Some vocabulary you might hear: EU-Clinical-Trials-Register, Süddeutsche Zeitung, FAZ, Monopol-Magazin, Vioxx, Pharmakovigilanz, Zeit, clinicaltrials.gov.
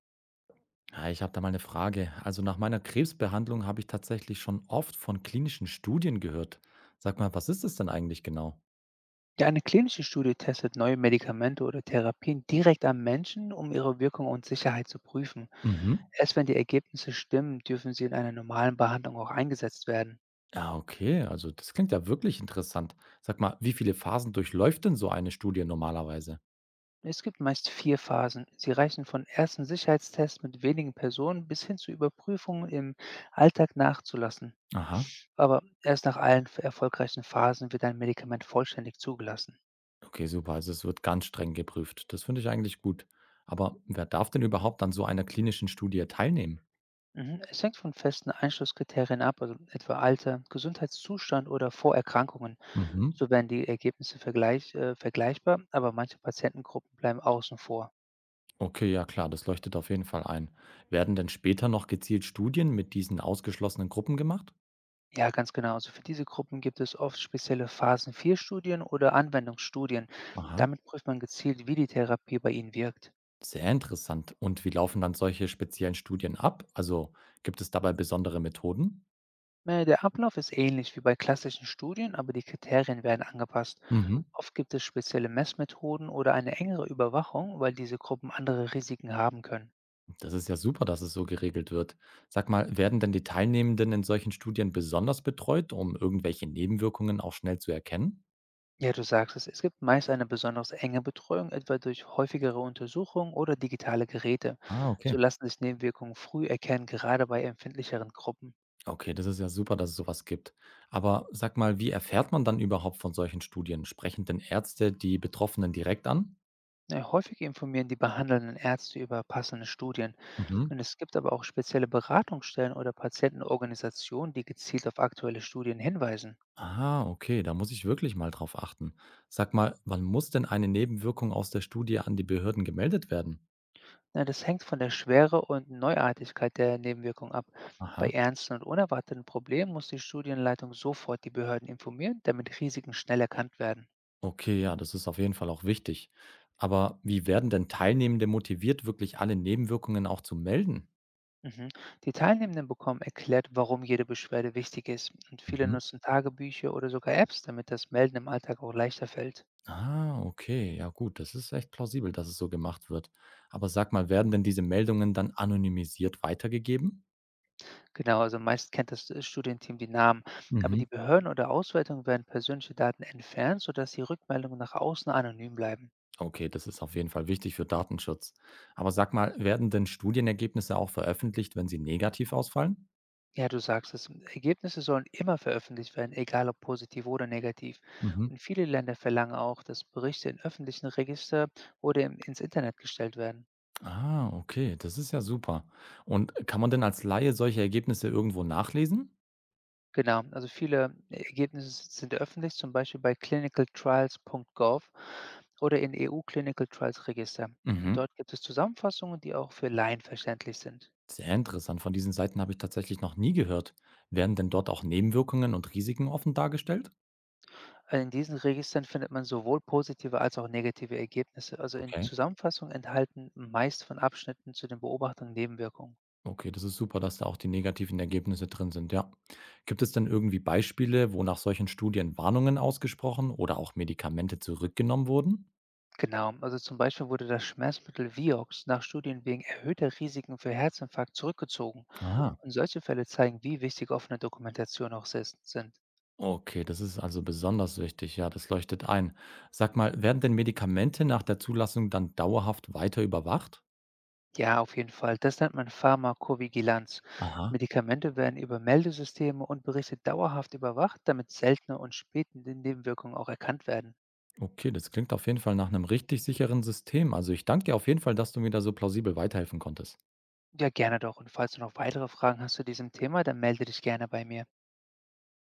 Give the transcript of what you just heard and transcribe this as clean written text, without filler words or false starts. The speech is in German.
Ja, ich habe da mal eine Frage. Also nach meiner Krebsbehandlung habe ich tatsächlich schon oft von klinischen Studien gehört. Sag mal, was ist das denn eigentlich genau? Ja, eine klinische Studie testet neue Medikamente oder Therapien direkt am Menschen, um ihre Wirkung und Sicherheit zu prüfen. Mhm. Erst wenn die Ergebnisse stimmen, dürfen sie in einer normalen Behandlung auch eingesetzt werden. Ja, okay, also das klingt ja wirklich interessant. Sag mal, wie viele Phasen durchläuft denn so eine Studie normalerweise? Es gibt meist vier Phasen. Sie reichen von ersten Sicherheitstests mit wenigen Personen bis hin zu Überprüfungen im Alltag nachzulassen. Aha. Aber erst nach allen erfolgreichen Phasen wird ein Medikament vollständig zugelassen. Okay, super, also es wird ganz streng geprüft. Das finde ich eigentlich gut. Aber wer darf denn überhaupt an so einer klinischen Studie teilnehmen? Mhm. Es hängt von festen Einschlusskriterien ab, also etwa Alter, Gesundheitszustand oder Vorerkrankungen. Mhm. So werden die Ergebnisse vergleichbar, aber manche Patientengruppen bleiben außen vor. Okay, ja klar, das leuchtet auf jeden Fall ein. Werden denn später noch gezielt Studien mit diesen ausgeschlossenen Gruppen gemacht? Ja, ganz genau. Also für diese Gruppen gibt es oft spezielle Phasen-4-Studien oder Anwendungsstudien. Aha. Damit prüft man gezielt, wie die Therapie bei ihnen wirkt. Sehr interessant. Und wie laufen dann solche speziellen Studien ab? Also gibt es dabei besondere Methoden? Der Ablauf ist ähnlich wie bei klassischen Studien, aber die Kriterien werden angepasst. Mhm. Oft gibt es spezielle Messmethoden oder eine engere Überwachung, weil diese Gruppen andere Risiken haben können. Das ist ja super, dass es so geregelt wird. Sag mal, werden denn die Teilnehmenden in solchen Studien besonders betreut, um irgendwelche Nebenwirkungen auch schnell zu erkennen? Ja, du sagst es. Es gibt meist eine besonders enge Betreuung, etwa durch häufigere Untersuchungen oder digitale Geräte. Ah, So okay. lassen sich Nebenwirkungen früh erkennen, gerade bei empfindlicheren Gruppen. Okay, das ist ja super, dass es sowas gibt. Aber sag mal, wie erfährt man dann überhaupt von solchen Studien? Sprechen denn Ärzte die Betroffenen direkt an? Ja, häufig informieren die behandelnden Ärzte über passende Studien. Mhm. Und es gibt aber auch spezielle Beratungsstellen oder Patientenorganisationen, die gezielt auf aktuelle Studien hinweisen. Ah, okay, da muss ich wirklich mal drauf achten. Sag mal, wann muss denn eine Nebenwirkung aus der Studie an die Behörden gemeldet werden? Ja, das hängt von der Schwere und Neuartigkeit der Nebenwirkung ab. Bei Aha, ernsten und unerwarteten Problemen muss die Studienleitung sofort die Behörden informieren, damit Risiken schnell erkannt werden. okay, ja, das ist auf jeden Fall auch wichtig. Aber wie werden denn Teilnehmende motiviert, wirklich alle Nebenwirkungen auch zu melden? Mhm. Die Teilnehmenden bekommen erklärt, warum jede Beschwerde wichtig ist. Und viele Mhm. nutzen Tagebücher oder sogar Apps, damit das Melden im Alltag auch leichter fällt. Ah, okay, ja gut, das ist echt plausibel, dass es so gemacht wird. Aber sag mal, werden denn diese Meldungen dann anonymisiert weitergegeben? Genau, also meist kennt das Studienteam die Namen. Aber Mhm. die Behörden oder Auswertungen werden persönliche Daten entfernt, sodass die Rückmeldungen nach außen anonym bleiben. Okay, das ist auf jeden Fall wichtig für Datenschutz. Aber sag mal, werden denn Studienergebnisse auch veröffentlicht, wenn sie negativ ausfallen? Ja, du sagst es. Ergebnisse sollen immer veröffentlicht werden, egal ob positiv oder negativ. Mhm. Und viele Länder verlangen auch, dass Berichte in öffentlichen Register oder ins Internet gestellt werden. Ah, okay, das ist ja super. Und kann man denn als Laie solche Ergebnisse irgendwo nachlesen? Genau, also viele Ergebnisse sind öffentlich, zum Beispiel bei clinicaltrials.gov oder in EU-Clinical-Trials-Register. Und Mhm. dort gibt es Zusammenfassungen, die auch für Laien verständlich sind. Sehr interessant. Von diesen Seiten habe ich tatsächlich noch nie gehört. Werden denn dort auch Nebenwirkungen und Risiken offen dargestellt? In diesen Registern findet man sowohl positive als auch negative Ergebnisse. Also in Okay. Zusammenfassungen enthalten meist von Abschnitten zu den Beobachtungen Nebenwirkungen. Okay, das ist super, dass da auch die negativen Ergebnisse drin sind, ja. Gibt es denn irgendwie Beispiele, wo nach solchen Studien Warnungen ausgesprochen oder auch Medikamente zurückgenommen wurden? Genau, also zum Beispiel wurde das Schmerzmittel Vioxx nach Studien wegen erhöhter Risiken für Herzinfarkt zurückgezogen. Ah, Und solche Fälle zeigen, wie wichtig offene Dokumentation auch sind. okay, das ist also besonders wichtig. Ja, das leuchtet ein. Sag mal, werden denn Medikamente nach der Zulassung dann dauerhaft weiter überwacht? Ja, auf jeden Fall. Das nennt man Pharmakovigilanz. Aha. Medikamente werden über Meldesysteme und Berichte dauerhaft überwacht, damit seltene und spätende Nebenwirkungen auch erkannt werden. Okay, das klingt auf jeden Fall nach einem richtig sicheren System. Also ich danke dir auf jeden Fall, dass du mir da so plausibel weiterhelfen konntest. Ja, gerne doch. Und falls du noch weitere Fragen hast zu diesem Thema, dann melde dich gerne bei mir.